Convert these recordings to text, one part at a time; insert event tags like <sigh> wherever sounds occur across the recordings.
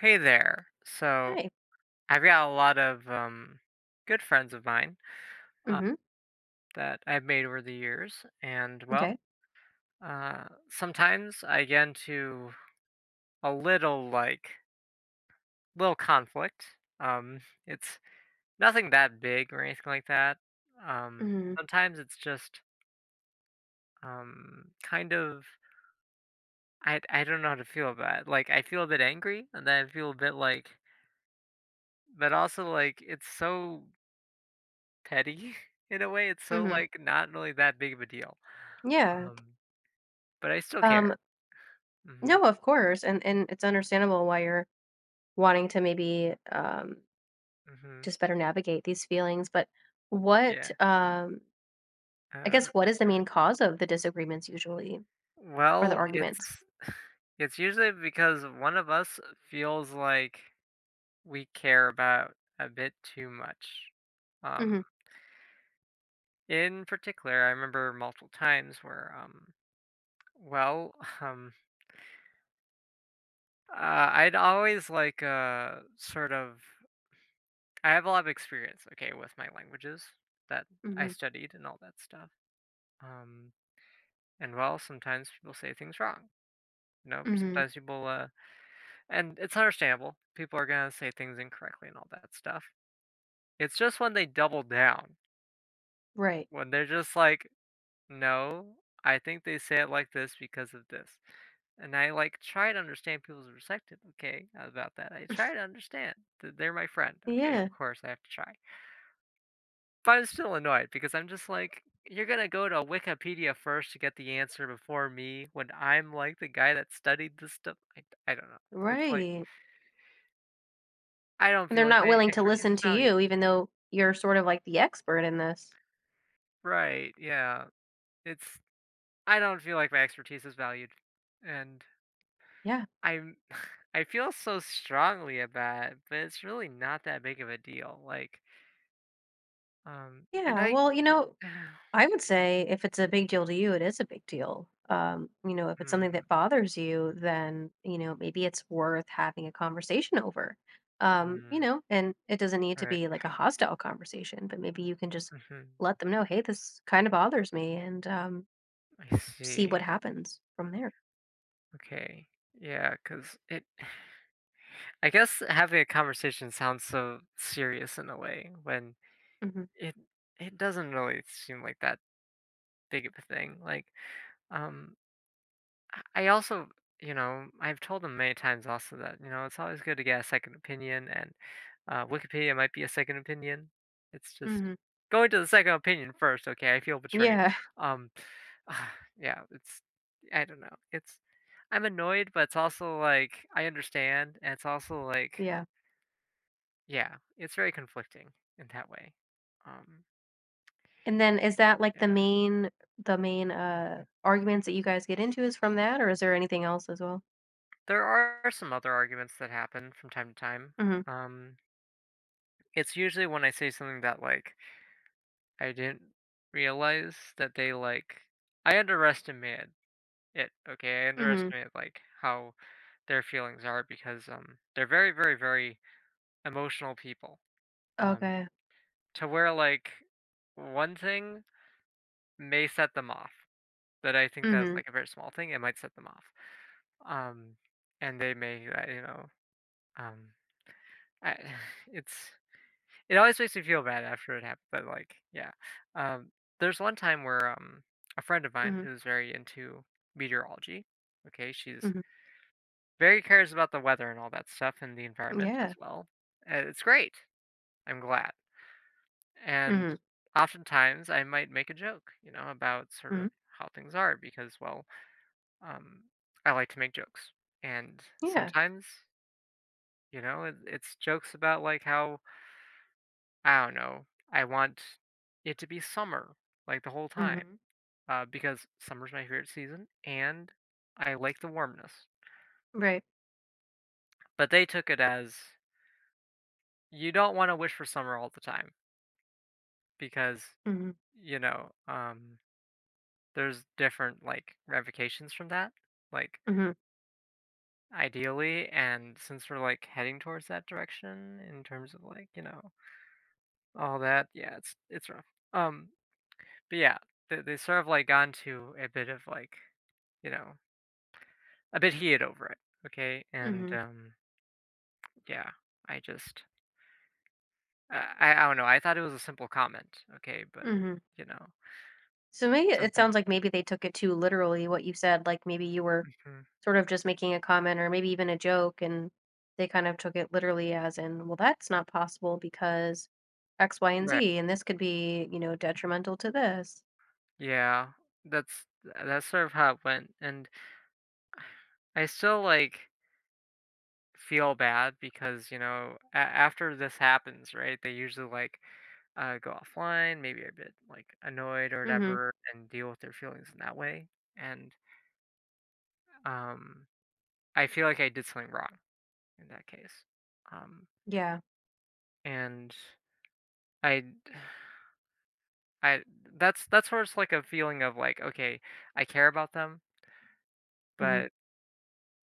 Hey there. So Hi. I've got a lot of good friends of mine uh, Mhm. that I've made over the years, and well, Okay. uh, sometimes I get into a little little conflict. Um, it's nothing that big or anything like that. Um, Mhm. sometimes it's just kind of I don't know how to feel about it. Like I feel a bit angry, and then I feel a bit like, but also like it's so petty <laughs> in a way. It's so, Mhm. like, not really that big of a deal, Yeah. um, but I still Um care. Mhm, no, of course. And it's understandable why you're wanting to maybe mhm, just better navigate these feelings, but what yeah, I guess uh, what is the main cause of the disagreements usually or the well, it's arguments? it's usually because one of us feels like we care about a bit too much. Um, Mhm. in particular, I remember multiple times where, well, <laughs> um, I'd always, like, sort of I have a lot of experience, okay, with my languages that I Mhm. studied and all that stuff. Um, and well, sometimes people say things wrong. You know, Mhm. sometimes people, and it's understandable. People are gonna say things incorrectly and all that stuff. It's just when they double down, Right. when they're just like, no, I think they say it like this because of this. And I like try to understand people's perspective, okay, about that. I try to understand that they're my friend. Okay, of Yeah. course I have to try. But I was still annoyed because I'm just like, "You're gonna go to Wikipedia first to get the answer before me when I'm, like, the guy that studied this stuff." I don't know. It's like, Right. I don't And they're feel like not my willing to expertise listen is to valued. you even though you're sort of like the expert in this. Right, yeah. It's I don't feel like my expertise is valued, and Yeah. I'm <laughs> I feel so strongly about it, but it's really not that big of a deal, like, and Yeah. I Well, I would say if it's a big deal to you, it is a big deal. <sighs> If it's mm, something that bothers you, then, maybe it's worth having a conversation over. Mm, And it doesn't need to right, be like a hostile conversation, but maybe you can just mhm, let them know, hey, this kind of bothers me and I see what see. happens from there. Okay. Yeah, because it <sighs> I guess having a conversation sounds so serious in a way when Hmm. it it doesn't really seem like that big of a thing. Like, um, I also, you know, I've told them many times also that, you know, it's always good to get a second opinion and Wikipedia might be a second opinion. It's just Hmm. going to the second opinion first. Okay, I feel betrayed. Yeah, Um, <sighs> yeah, it's I don't know. It's I'm annoyed, but it's also like I understand, and it's also like <laughs> yeah. yeah, it's very conflicting in that way. Um, And then is that like the yeah, main the main uh mhm. arguments that you guys get into is from that or is there anything else as well? There are some other arguments that happen from time to time. Hmm. Um, it's usually when I say something that like I didn't realize that they like I underestimated it. Okay, I Hmm. underestimated like how their feelings are because they're very very very emotional people. Um, Okay. to where like one thing may set them off, but I think that's, Hmm. like, a very small thing, it might set them off. Um, and they may, you know, um, I <sighs> it's it always makes me feel bad after it happened, but, like, yeah. Um, there's one time where, a friend of mine Hmm. who's very into meteorology, okay, she's Mhm. very cares about the weather and all that stuff and the environment as Yeah. well, and it's great, I'm glad, and Mhm. oftentimes, I might make a joke, you know, about sort Mhm. of how things are because, well, Um, I like to make jokes, and Yeah. sometimes, you know, it's jokes about like how I don't know. I want it to be summer like the whole time Mhm. Because summer's my favorite season, and I like the warmness. Right. But they took it as you don't want to wish for summer all the time because Mhm. you know there's different like ramifications from that. Like Mhm. ideally and since we're like heading towards that direction in terms of like you know all that, yeah, it's rough. Um, but yeah, they sort of like gone to a bit of like, you know, a bit heated over it. Okay, and Mhm. Yeah, I just I don't know. I thought it was a simple comment. Okay, but Mhm. you know, So maybe it something. sounds like maybe they took it too literally what you said, like maybe you were Mhm. sort of just making a comment or maybe even a joke and they kind of took it literally as in, well, that's not possible because X, Y, and Right. Z, and this could be, detrimental to this. Yeah, that's sort of how it went, and I still like feel bad because, you know, after this happens, right, they usually like go offline, maybe a bit like annoyed or Hmm. whatever, and deal with their feelings in that way. And um, I feel like I did something wrong in that case. Um, Yeah. and I, I that's where it's like a feeling of like, okay, I care about them, Hmm. but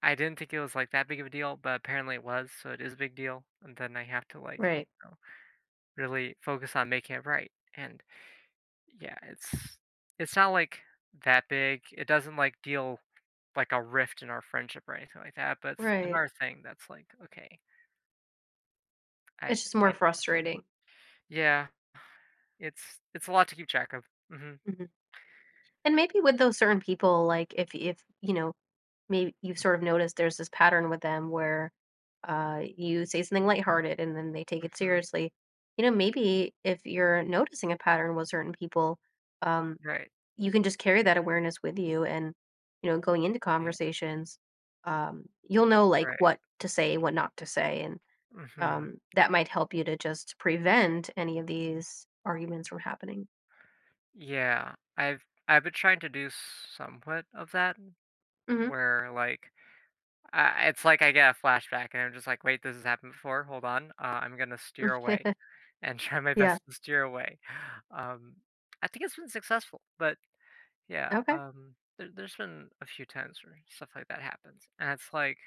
I didn't think it was like that big of a deal, but apparently it was, so it is a big deal. And then I have to like Right. you know, really focus on making it right. And yeah, it's not, like, that big. It doesn't, like, deal like a rift in our friendship or anything like that, but it's Right. another thing that's, like, okay, I It's just more I frustrating. yeah, it's a lot to keep track of. Mhm, Hmm. And maybe with those certain people, like if you know. Maybe you've sort of noticed there's this pattern with them where, you say something lighthearted and then they take it mhm. seriously. Maybe if you're noticing a pattern with certain people, um, Right, you can just carry that awareness with you and, going into yeah, conversations, you'll know like right. what to say, what not to say, and Mhm. That might help you to just prevent any of these arguments from happening. Yeah, I've been trying to do somewhat of that Hmm. where, like it's like I get a flashback, and I'm just like, "Wait, this has happened before. Hold on, I'm gonna steer away, <laughs> <laughs> and try my Yeah. best to steer away." Um, I think it's been successful, but yeah, Okay. There's been a few times where stuff like that happens, and it's like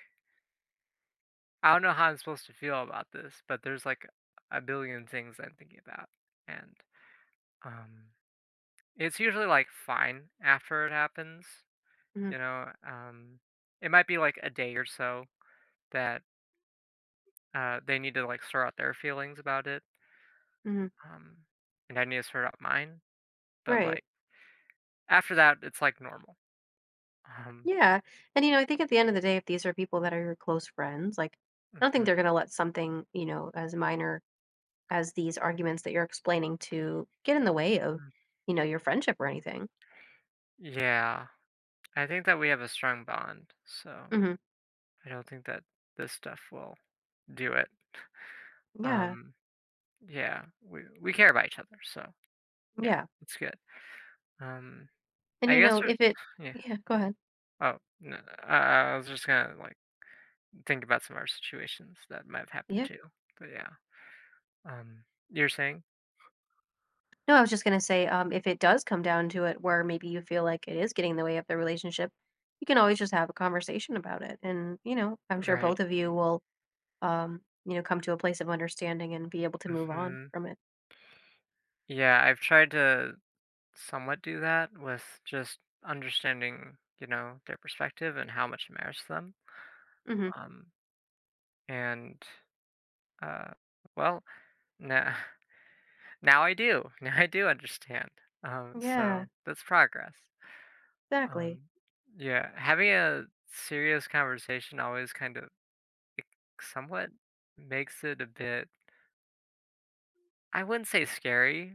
I don't know how I'm supposed to feel about this, but there's like a billion things I'm thinking about, and um, it's usually like fine after it happens, Hmm. you know. It might be like a day or so that they need to like sort out their feelings about it, Hmm. um, and I need to sort out mine. But Right. like after that, it's like normal. Um, Yeah. And, I think at the end of the day, if these are people that are your close friends, like, I don't think mhm, they're going to let something, as minor as these arguments that you're explaining to get in the way of, mhm. Your friendship or anything. Yeah, I think that we have a strong bond, so Hmm. I don't think that this stuff will do it. Yeah. Um, yeah, we care about each other, so yeah, Yeah. it's good. Um, And, I guess there's if it, <sighs> yeah. yeah, go ahead. Oh, no, I was just gonna like think about some of our situations that might have happened Yeah. too. But yeah, um, you're saying No, I was just going to say, if it does come down to it where maybe you feel like it is getting in the way of the relationship, you can always just have a conversation about it. And, I'm sure right. both of you will, come to a place of understanding and be able to move on Hmm. from it. Yeah, I've tried to somewhat do that with just understanding, you know, their perspective and how much it matters to them. Mhm. Um, and uh, well, now <laughs> now I do. <laughs> Now I do understand. Um, Yeah, so that's progress. exactly. Um, yeah, having a serious conversation always kind of it somewhat makes it a bit. I wouldn't say scary,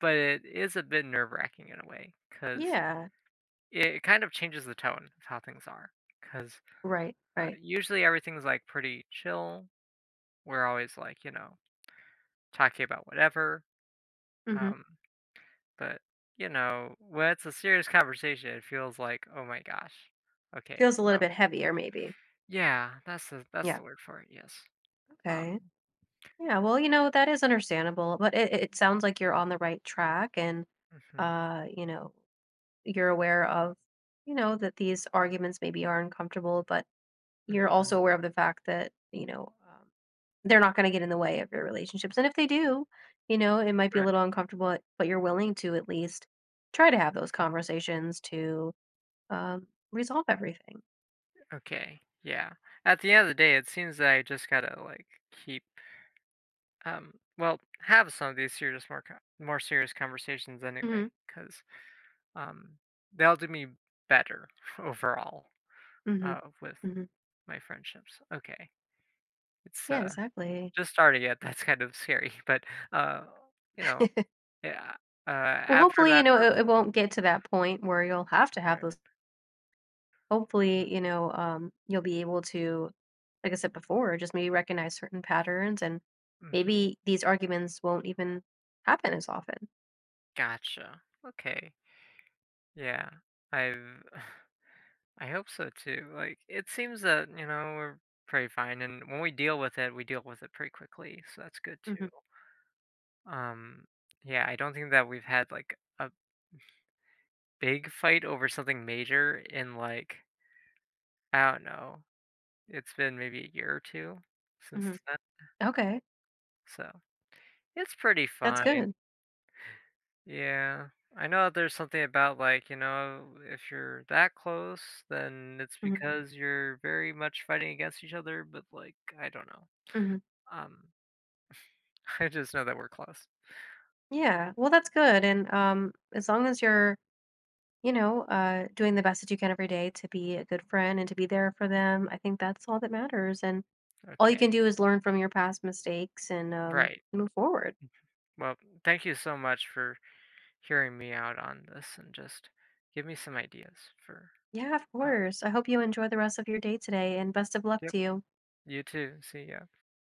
but it is a bit nerve wracking in a way because Yeah, it kind of changes the tone of how things are, 'cause, right, right. usually everything's, like, pretty chill. We're always, like, you know, talking about whatever, Hmm. um, but, you know, when it's a serious conversation, it feels like, "Oh my gosh, okay, Feels a little um." bit heavier, maybe. Yeah, that's Yeah. the word for it, yes. Okay. Um, Yeah. Well, you know that is understandable, but it sounds like you're on the right track, and mhm, you know you're aware of, you know that these arguments maybe are uncomfortable, but you're also mhm, aware of the fact that they're not going to get in the way of your relationships, and if they do, you know it might be a right, little uncomfortable, but you're willing to at least try to have those mhm, conversations to um, resolve everything. okay, yeah. At the end of the day, it seems that I just gotta, like, keep, well, have some of these serious more serious conversations anyway, Mhm, because. Um, they'll do me better <laughs> overall, mhm, with mhm. my friendships. Okay. It's, Yeah, uh, exactly. just starting it, <laughs> that's kind of scary, <laughs> but, uh, you know, <laughs> yeah, Well, after hopefully, that hurdle, it won't get to that point where you'll have to have right. those. Hopefully, you'll be able to, like I said before, just maybe recognize certain patterns, and Mhm, mhm. maybe these arguments won't even happen as often. Gotcha. Okay. Yeah. I've <sighs> I hope so too. Like, it seems that, you know, we're pretty fine, and when we deal with it, we deal with it pretty quickly, so that's good too. Hmm. Um, yeah, I don't think that we've had, like, a big fight over something major in, like, I don't know, it's been maybe a year or 2 since Hmm. then, Okay, so it's pretty that's fine. good. Yeah. I know that there's something about, like, you know, if you're that close, then it's Hmm. because you're very much fighting against each other, but, like, I don't know. Hmm. Um, <laughs> I just know that we're close. Yeah, well, that's good, and as long as you're doing the best that you can every day to be a good friend and to be there for them. I think that's all that matters. And all you Okay. can do is learn from your past mistakes and Right. move forward. Mhm. Well, thank you so much for hearing me out on this and just give me some ideas for Yeah, of uh, course. I hope you enjoy the rest of your day today and best of luck yep. to you. You too. See ya.